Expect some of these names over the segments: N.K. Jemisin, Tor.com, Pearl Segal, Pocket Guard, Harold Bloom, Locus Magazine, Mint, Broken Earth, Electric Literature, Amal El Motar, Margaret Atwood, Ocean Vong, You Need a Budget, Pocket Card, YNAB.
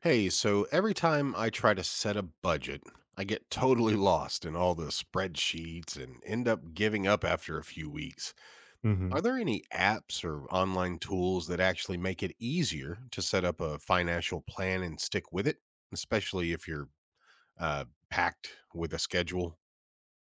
Hey, so every time I try to set a budget, I get totally lost in all the spreadsheets and end up giving up after a few weeks. hmm Are there any apps or online tools that actually make it easier to set up a financial plan and stick with it, especially if you're uh, packed with a schedule?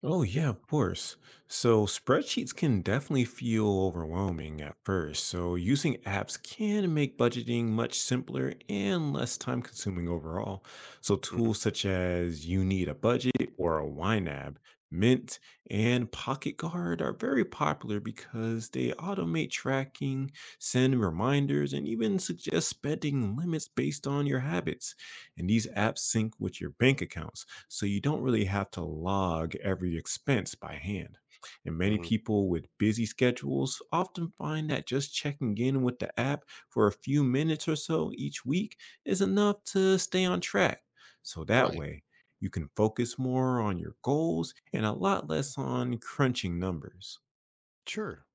Oh, yeah, of course. So spreadsheets can definitely feel overwhelming at first. So using apps can make budgeting much simpler and less time consuming overall. So hmm tools such as You Need a Budget or a YNAB, Mint, and Pocket Guard are very popular because they automate tracking, send reminders, and even suggest spending limits based on your habits. And these apps sync with your bank accounts, so you don't really have to log every expense by hand. And many hmm people with busy schedules often find that just checking in with the app for a few minutes or so each week is enough to stay on track. So that Right. way, you can focus more on your goals and a lot less on crunching numbers. Sure.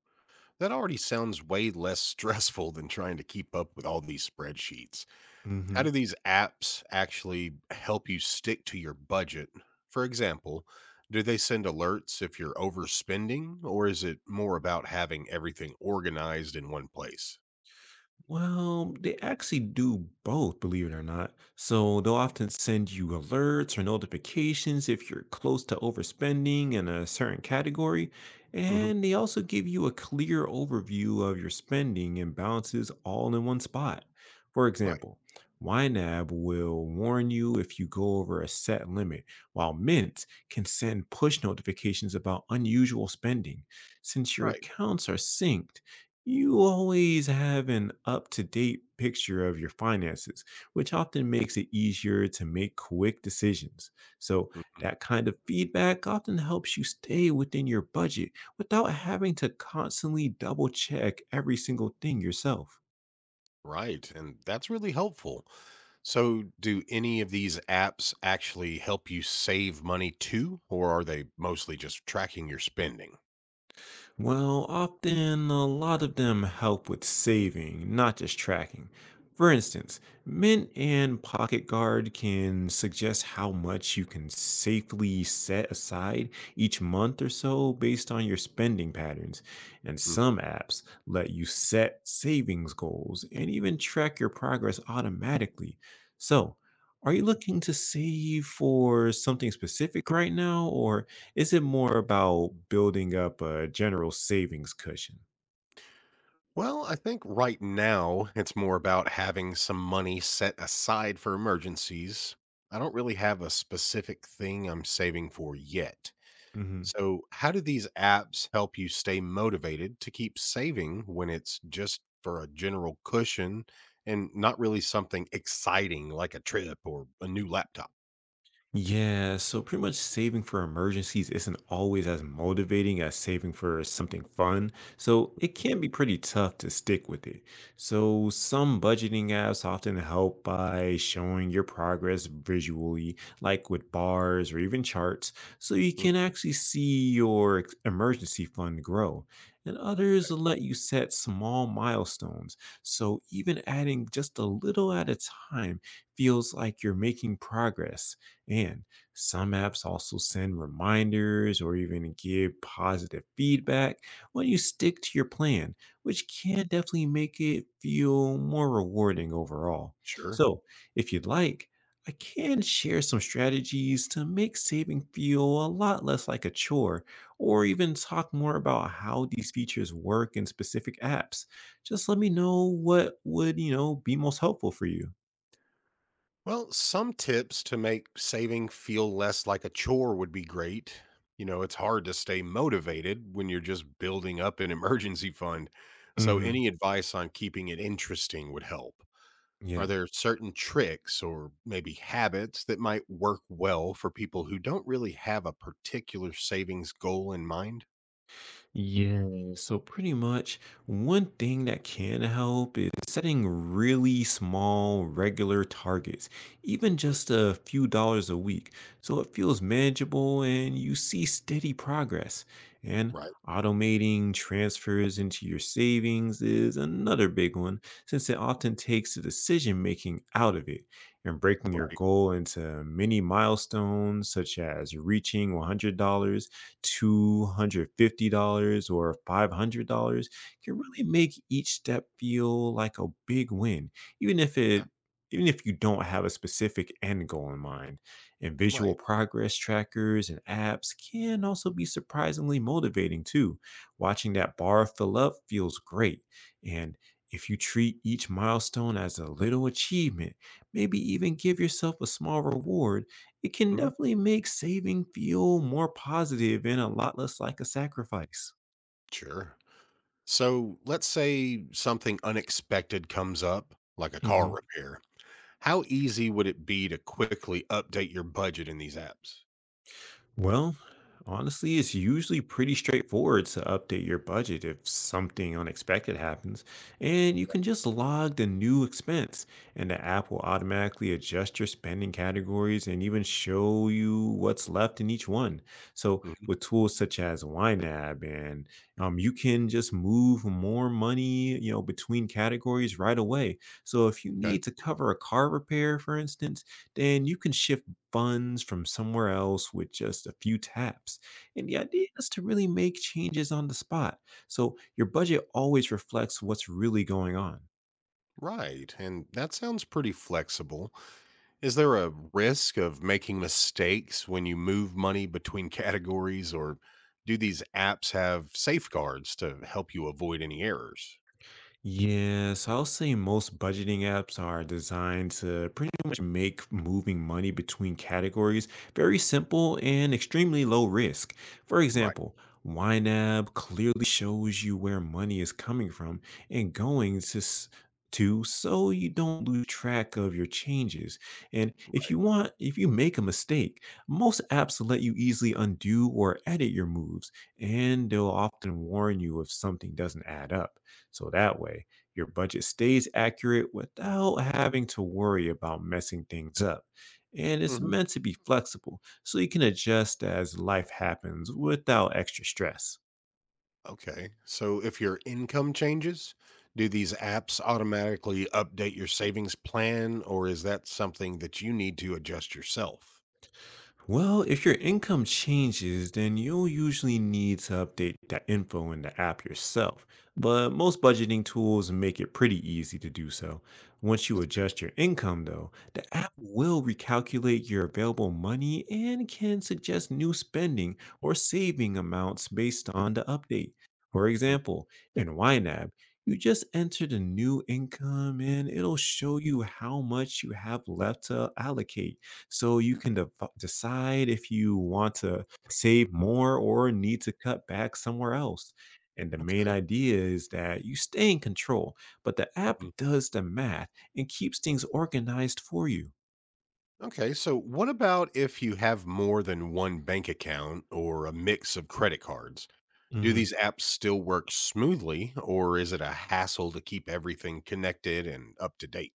That already sounds way less stressful than trying to keep up with all these spreadsheets. How Mhm. do these apps actually help you stick to your budget? For example, do they send alerts if you're overspending, or is it more about having everything organized in one place? Well, they actually do both, believe it or not. So they'll often send you alerts or notifications if you're close to overspending in a certain category. hmm And they also give you a clear overview of your spending and balances all in one spot. For Right, example, YNAB will warn you if you go over a set limit, while Mint can send push notifications about unusual spending. Since your right, accounts are synced, you always have an up to date picture of your finances, which often makes it easier to make quick decisions. So, mhm, that kind of feedback often helps you stay within your budget without having to constantly double check every single thing yourself. right. And that's really helpful. So, do any of these apps actually help you save money too, or are they mostly just tracking your spending? Well, often a lot of them help with saving, not just tracking. For instance, Mint and Pocket Guard can suggest how much you can safely set aside each month or so based on your spending patterns. And Hmm. some apps let you set savings goals and even track your progress automatically. So, are you looking to save for something specific right now, or is it more about building up a general savings cushion? Well, I think right now it's more about having some money set aside for emergencies. I don't really have a specific thing I'm saving for yet. hmm So, how do these apps help you stay motivated to keep saving when it's just for a general cushion and not really something exciting like a trip or a new laptop? Yeah, so pretty much saving for emergencies isn't always as motivating as saving for something fun, so it can be pretty tough to stick with it. So, some budgeting apps often help by showing your progress visually, like with bars or even charts, so you Mhm. can actually see your emergency fund grow. And others let you set small milestones, so even adding just a little at a time feels like you're making progress. And some apps also send reminders or even give positive feedback when you stick to your plan, which can definitely make it feel more rewarding overall. Sure. So, if you'd like, I can share some strategies to make saving feel a lot less like a chore, or even talk more about how these features work in specific apps. Just let me know what would, you know, be most helpful for you. Well, some tips to make saving feel less like a chore would be great. You know, it's hard to stay motivated when you're just building up an emergency fund. So, hmm any advice on keeping it interesting would help. Are Yeah. there certain tricks or maybe habits that might work well for people who don't really have a particular savings goal in mind? Yeah, so pretty much one thing that can help is setting really small, regular targets, even Mm, just a few dollars a week, so it feels manageable and you see steady progress. And right, automating transfers into your savings is another big one, since it often takes the decision making out of it. And breaking your right. goal into mini milestones, such as reaching $100, $250 or $500 can really make each step feel like a big win, even if Yeah, it even if you don't have a specific end goal in mind. And visual right. progress trackers and apps can also be surprisingly motivating too. Watching that bar fill up feels great. And if you treat each milestone as a little achievement, maybe even give yourself a small reward, it can hmm definitely make saving feel more positive and a lot less like a sacrifice. Sure. So, let's say something unexpected comes up, like a car Mhm. repair. How easy would it be to quickly update your budget in these apps? Well, honestly, it's usually pretty straightforward to update your budget if something unexpected happens, and you can just log the new expense, and the app will automatically adjust your spending categories and even show you what's left in each one. So, Mhm. with tools such as YNAB, and you can just move more money, you know, between categories right away. So, if you Okay. need to cover a car repair, for instance, then you can shift funds from somewhere else with just a few taps. And the idea is to really make changes on the spot. So your budget always reflects what's really going on. Right. And that sounds pretty flexible. Is there a risk of making mistakes when you move money between categories, or do these apps have safeguards to help you avoid any errors? Yes, I'll say most budgeting apps are designed to pretty much make moving money between categories very simple and extremely low risk. For Right. example, YNAB clearly shows you where money is coming from and going to so you don't lose track of your changes. And if Right. you want, if you make a mistake, most apps let you easily undo or edit your moves, and they'll often warn you if something doesn't add up. So that way, your budget stays accurate without having to worry about messing things up. And it's hmm meant to be flexible, so you can adjust as life happens without extra stress. Okay. So if your income changes, do these apps automatically update your savings plan, or is that something that you need to adjust yourself? Well, if your income changes, then you'll usually need to update that info in the app yourself. But most budgeting tools make it pretty easy to do so. Once you That's good. adjust your income, though, the app will recalculate your available money and can suggest new spending or saving amounts based on the update. For Mm, example, in YNAB, you just enter the new income and it'll show you how much you have left to allocate, so you can decide if you want to save more or need to cut back somewhere else. And the main okay. idea is that you stay in control, but the app Mhm. does the math and keeps things organized for you. Okay, so what about if you have more than one bank account or a mix of credit cards? Do Mhm. these apps still work smoothly, or is it a hassle to keep everything connected and up to date?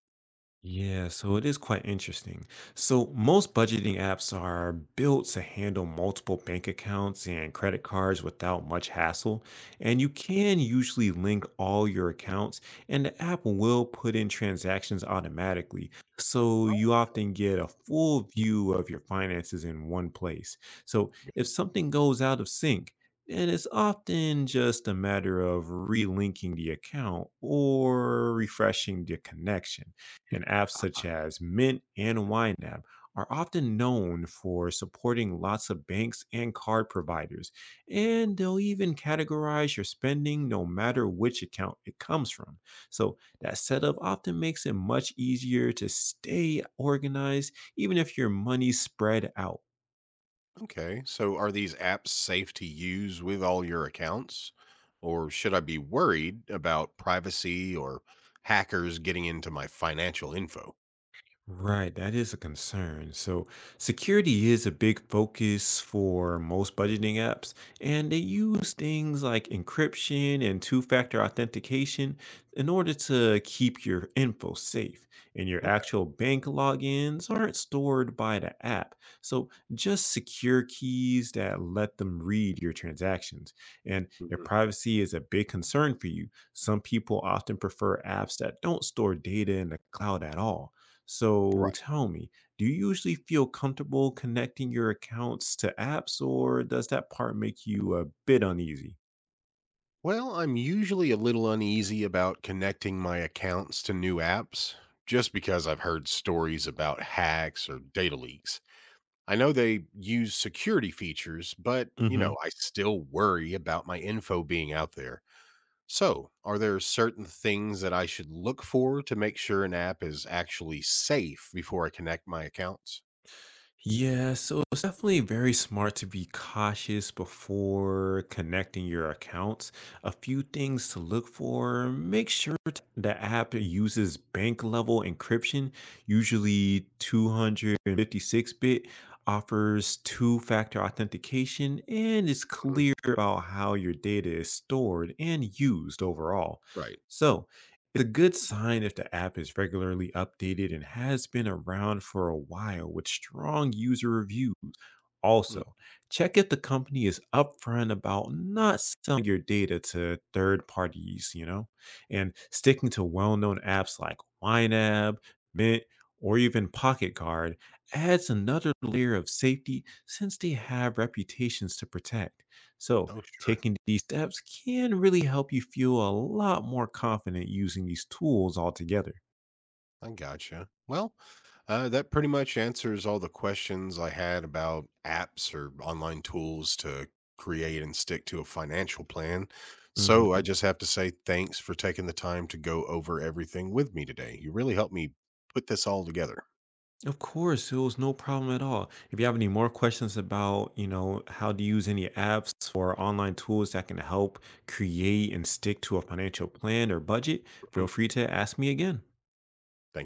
Yeah, so it is quite interesting. So, most budgeting apps are built to handle multiple bank accounts and credit cards without much hassle. And you can usually link all your accounts, and the app will put in transactions automatically. So, you often get a full view of your finances in one place. So, if something goes out of sync, and it's often just a matter of relinking the account or refreshing the connection, and apps such as Mint and YNAB are often known for supporting lots of banks and card providers, and they'll even categorize your spending no matter which account it comes from. So, that setup often makes it much easier to stay organized, even if your money's spread out. Okay. So are these apps safe to use with all your accounts? Or should I be worried about privacy or hackers getting into my financial info? Right, that is a concern. So, security is a big focus for most budgeting apps, and they use things like encryption and two factor authentication in order to keep your info safe. And your Okay. actual bank logins aren't stored by the app. So, just secure keys that let them read your transactions. And if Mhm. privacy is a big concern for you, some people often prefer apps that don't store data in the cloud at all, so Right. tell me, do you usually feel comfortable connecting your accounts to apps, or does that part make you a bit uneasy? Well, I'm usually a little uneasy about connecting my accounts to new apps just because I've heard stories about hacks or data leaks. I know they use security features, but, you know, hmm I still worry about my info being out there. So, are there certain things that I should look for to make sure an app is actually safe before I connect my accounts? Yeah, so it's definitely very smart to be cautious before connecting your accounts. A few things to look for: make sure the app uses bank level encryption, usually 256 bit, offers two factor authentication, and is Mhm. clear about how your data is stored and used overall. Right. So, it's a good sign if the app is regularly updated and has been around for a while with strong user reviews. Mm. Also, check if the company is upfront about not selling your data to third parties, you know, and sticking to well known apps like YNAB, Mint, or even Pocket Card adds another layer of safety since they have reputations to protect. So, Oh, sure. taking these steps can really help you feel a lot more confident using these tools altogether. I gotcha. Well, that pretty much answers all the questions I had about apps or online tools to create and stick to a financial plan. So, I hmm just have to say thanks for taking the time to go over everything with me today. You really helped me put this all together. Of course, it was no problem at all. If you have any more questions about, you know, how to use any apps or online tools that can help create and stick to a financial plan or budget, Mhm. feel Thank free to ask me again.